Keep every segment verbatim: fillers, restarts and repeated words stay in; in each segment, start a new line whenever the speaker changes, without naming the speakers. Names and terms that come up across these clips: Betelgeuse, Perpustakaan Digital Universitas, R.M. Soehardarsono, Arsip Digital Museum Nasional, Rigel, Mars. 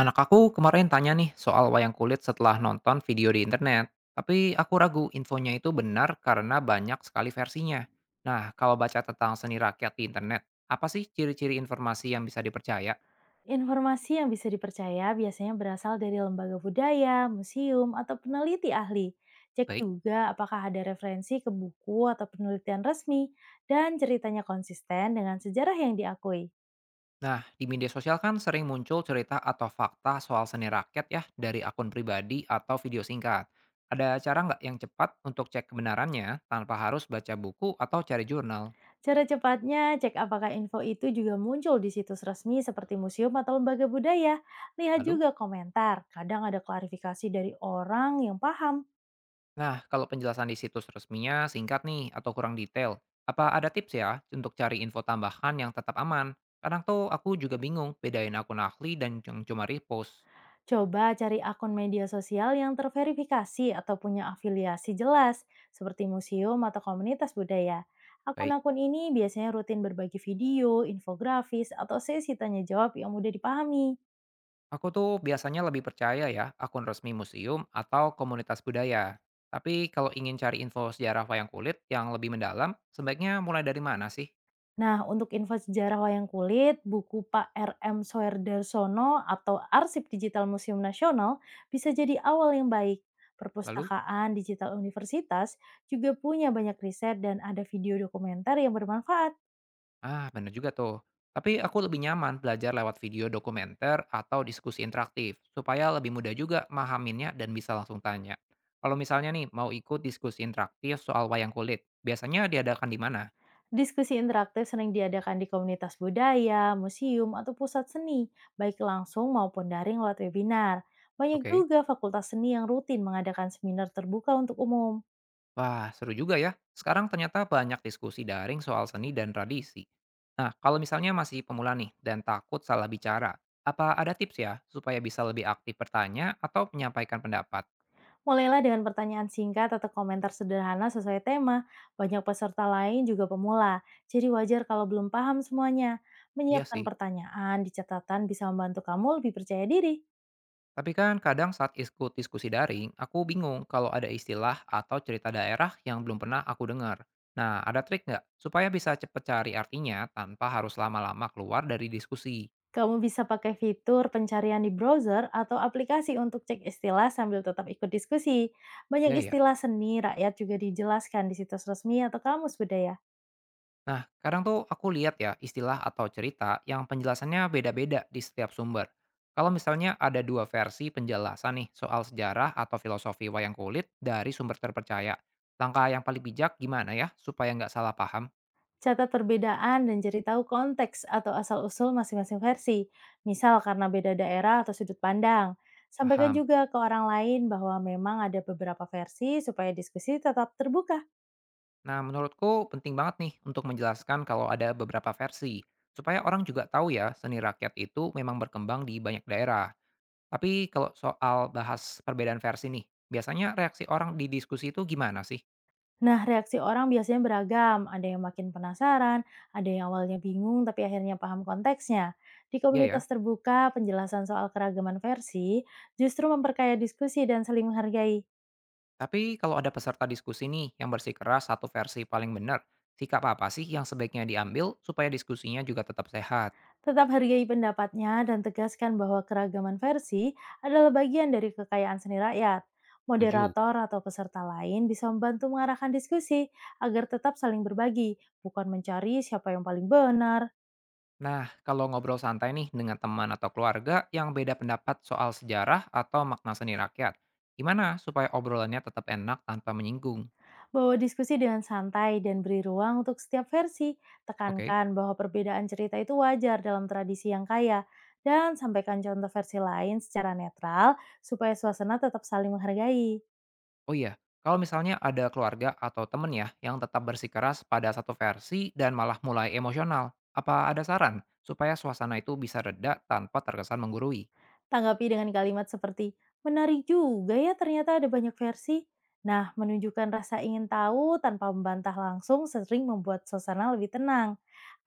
Anak aku kemarin tanya nih soal wayang kulit setelah nonton video di internet. Tapi aku ragu infonya itu benar karena banyak sekali versinya. Nah, kalau baca tentang seni rakyat di internet, apa sih ciri-ciri informasi yang bisa dipercaya?
Informasi yang bisa dipercaya biasanya berasal dari lembaga budaya, museum, atau peneliti ahli. Cek
Baik.
juga apakah ada referensi ke buku atau penelitian resmi dan ceritanya konsisten dengan sejarah yang diakui.
Nah, di media sosial kan sering muncul cerita atau fakta soal seni rakyat ya dari akun pribadi atau video singkat. Ada cara nggak yang cepat untuk cek kebenarannya tanpa harus baca buku atau cari jurnal?
Cara cepatnya, cek apakah info itu juga muncul di situs resmi seperti museum atau lembaga budaya. Lihat
Lalu?
juga komentar, kadang ada klarifikasi dari orang yang paham.
Nah, kalau penjelasan di situs resminya singkat nih atau kurang detail, apa ada tips ya untuk cari info tambahan yang tetap aman? Kadang tuh aku juga bingung bedain akun ahli dan yang cuma repost.
Coba cari akun media sosial yang terverifikasi atau punya afiliasi jelas, seperti museum atau komunitas budaya.
Baik,
Akun-akun ini biasanya rutin berbagi video, infografis, atau sesi tanya jawab yang mudah dipahami.
aku tuh biasanya lebih percaya ya akun resmi museum atau komunitas budaya. Tapi kalau ingin cari info sejarah wayang kulit yang lebih mendalam, sebaiknya mulai dari mana sih?
Nah, untuk info sejarah wayang kulit, buku Pak R M. Soehardarsono atau Arsip Digital Museum Nasional bisa jadi awal yang baik.
Lalu?
Perpustakaan Digital Universitas juga punya banyak riset dan ada video dokumenter yang bermanfaat.
Ah, bener juga tuh. Tapi aku lebih nyaman belajar lewat video dokumenter atau diskusi interaktif, supaya lebih mudah juga mahaminnya dan bisa langsung tanya. Kalau misalnya nih, mau ikut diskusi interaktif soal wayang kulit, biasanya diadakan di mana?
Diskusi interaktif sering diadakan di komunitas budaya, museum, atau pusat seni, baik langsung maupun daring lewat webinar. Banyak
Oke.
juga fakultas seni yang rutin mengadakan seminar terbuka untuk umum.
Wah, seru juga ya. Sekarang ternyata banyak diskusi daring soal seni dan tradisi. Nah, kalau misalnya masih pemula nih dan takut salah bicara, apa ada tips ya supaya bisa lebih aktif bertanya atau menyampaikan pendapat?
Mulailah dengan pertanyaan singkat atau komentar sederhana sesuai tema. Banyak peserta lain juga pemula, jadi wajar kalau belum paham semuanya.
Iya
Menyiapkan
sih.
pertanyaan di catatan bisa membantu kamu lebih percaya diri.
Tapi kan kadang saat ikut diskusi daring, aku bingung kalau ada istilah atau cerita daerah yang belum pernah aku dengar. Nah, ada trik nggak supaya bisa cepet cari artinya tanpa harus lama-lama keluar dari diskusi?
Kamu bisa pakai fitur pencarian di browser atau aplikasi untuk cek istilah sambil tetap ikut diskusi. Banyak
Ya, ya.
istilah seni rakyat juga dijelaskan di situs resmi atau kamus budaya.
Nah, kadang tuh aku lihat ya istilah atau cerita yang penjelasannya beda-beda di setiap sumber. Kalau misalnya ada dua versi penjelasan nih soal sejarah atau filosofi wayang kulit dari sumber terpercaya, langkah yang paling bijak gimana ya supaya nggak salah paham?
Catat perbedaan dan cari tahu konteks atau asal-usul masing-masing versi, misal karena beda daerah atau sudut pandang. Sampaikan
Paham.
juga ke orang lain bahwa memang ada beberapa versi supaya diskusi tetap terbuka.
Nah, menurutku penting banget nih untuk menjelaskan kalau ada beberapa versi, supaya orang juga tahu ya seni rakyat itu memang berkembang di banyak daerah. Tapi kalau soal bahas perbedaan versi nih, biasanya reaksi orang di diskusi itu gimana sih?
Nah, reaksi orang biasanya beragam. Ada yang makin penasaran, ada yang awalnya bingung tapi akhirnya paham konteksnya. Di
Iya ya.
komunitas terbuka, penjelasan soal keragaman versi justru memperkaya diskusi dan saling menghargai.
Tapi kalau ada peserta diskusi nih yang bersikeras satu versi paling benar, sikap apa sih yang sebaiknya diambil supaya diskusinya juga tetap sehat?
Tetap hargai pendapatnya dan tegaskan bahwa keragaman versi adalah bagian dari kekayaan seni rakyat.
Setuju.
Moderator atau peserta lain bisa membantu mengarahkan diskusi agar tetap saling berbagi, bukan mencari siapa yang paling benar.
Nah, kalau ngobrol santai nih dengan teman atau keluarga yang beda pendapat soal sejarah atau makna seni rakyat, gimana supaya obrolannya tetap enak tanpa menyinggung?
Bawa diskusi dengan santai dan beri ruang untuk setiap versi.
Oke.
Tekankan bahwa perbedaan cerita itu wajar dalam tradisi yang kaya. Dan sampaikan contoh versi lain secara netral supaya suasana tetap saling menghargai.
Oh iya, kalau misalnya ada keluarga atau temen ya yang tetap bersikeras pada satu versi dan malah mulai emosional, apa ada saran supaya suasana itu bisa reda tanpa terkesan menggurui?
Tanggapi dengan kalimat seperti, menarik juga ya ternyata ada banyak versi. Nah, menunjukkan rasa ingin tahu tanpa membantah langsung sering membuat suasana lebih tenang.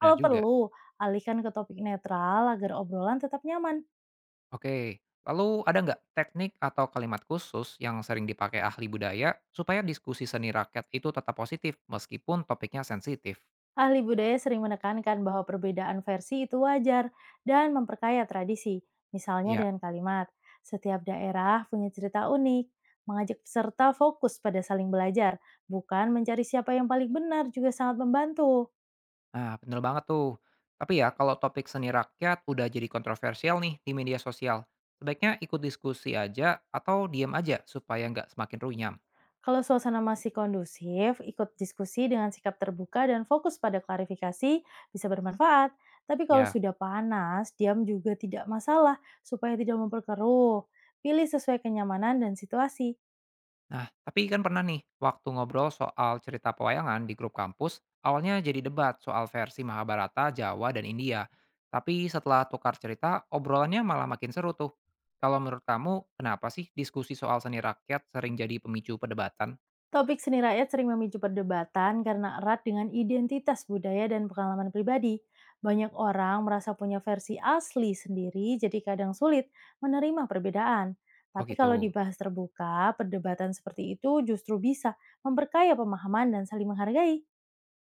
Benar juga.
perlu, alihkan ke topik netral agar obrolan tetap nyaman.
Oke, lalu ada nggak teknik atau kalimat khusus yang sering dipakai ahli budaya supaya diskusi seni rakyat itu tetap positif meskipun topiknya sensitif?
Ahli budaya sering menekankan bahwa perbedaan versi itu wajar dan memperkaya tradisi, misalnya
Ya.
dengan kalimat, setiap daerah punya cerita unik, mengajak peserta fokus pada saling belajar, bukan mencari siapa yang paling benar juga sangat membantu.
Nah, bener banget tuh. Tapi ya, kalau topik seni rakyat udah jadi kontroversial nih di media sosial, sebaiknya ikut diskusi aja atau diam aja supaya nggak semakin runyam.
Kalau suasana masih kondusif, ikut diskusi dengan sikap terbuka dan fokus pada klarifikasi bisa bermanfaat. Tapi kalau
Ya.
sudah panas, diam juga tidak masalah supaya tidak memperkeruh. Pilih sesuai kenyamanan dan situasi.
Nah, tapi kan pernah nih, waktu ngobrol soal cerita pewayangan di grup kampus, awalnya jadi debat soal versi Mahabharata, Jawa, dan India. Tapi setelah tukar cerita, obrolannya malah makin seru tuh. Kalau menurut kamu, kenapa sih diskusi soal seni rakyat sering jadi pemicu perdebatan?
Topik seni rakyat sering memicu perdebatan karena erat dengan identitas budaya dan pengalaman pribadi. Banyak orang merasa punya versi asli sendiri, jadi kadang sulit menerima perbedaan.
Oh
Tapi kalau
gitu.
dibahas terbuka, perdebatan seperti itu justru bisa memperkaya pemahaman dan saling menghargai.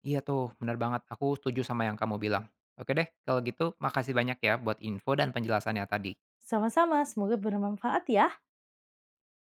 Iya tuh, bener banget. Aku setuju sama yang kamu bilang. Oke deh, kalau gitu makasih banyak ya buat info dan penjelasannya tadi.
Sama-sama, semoga bermanfaat ya.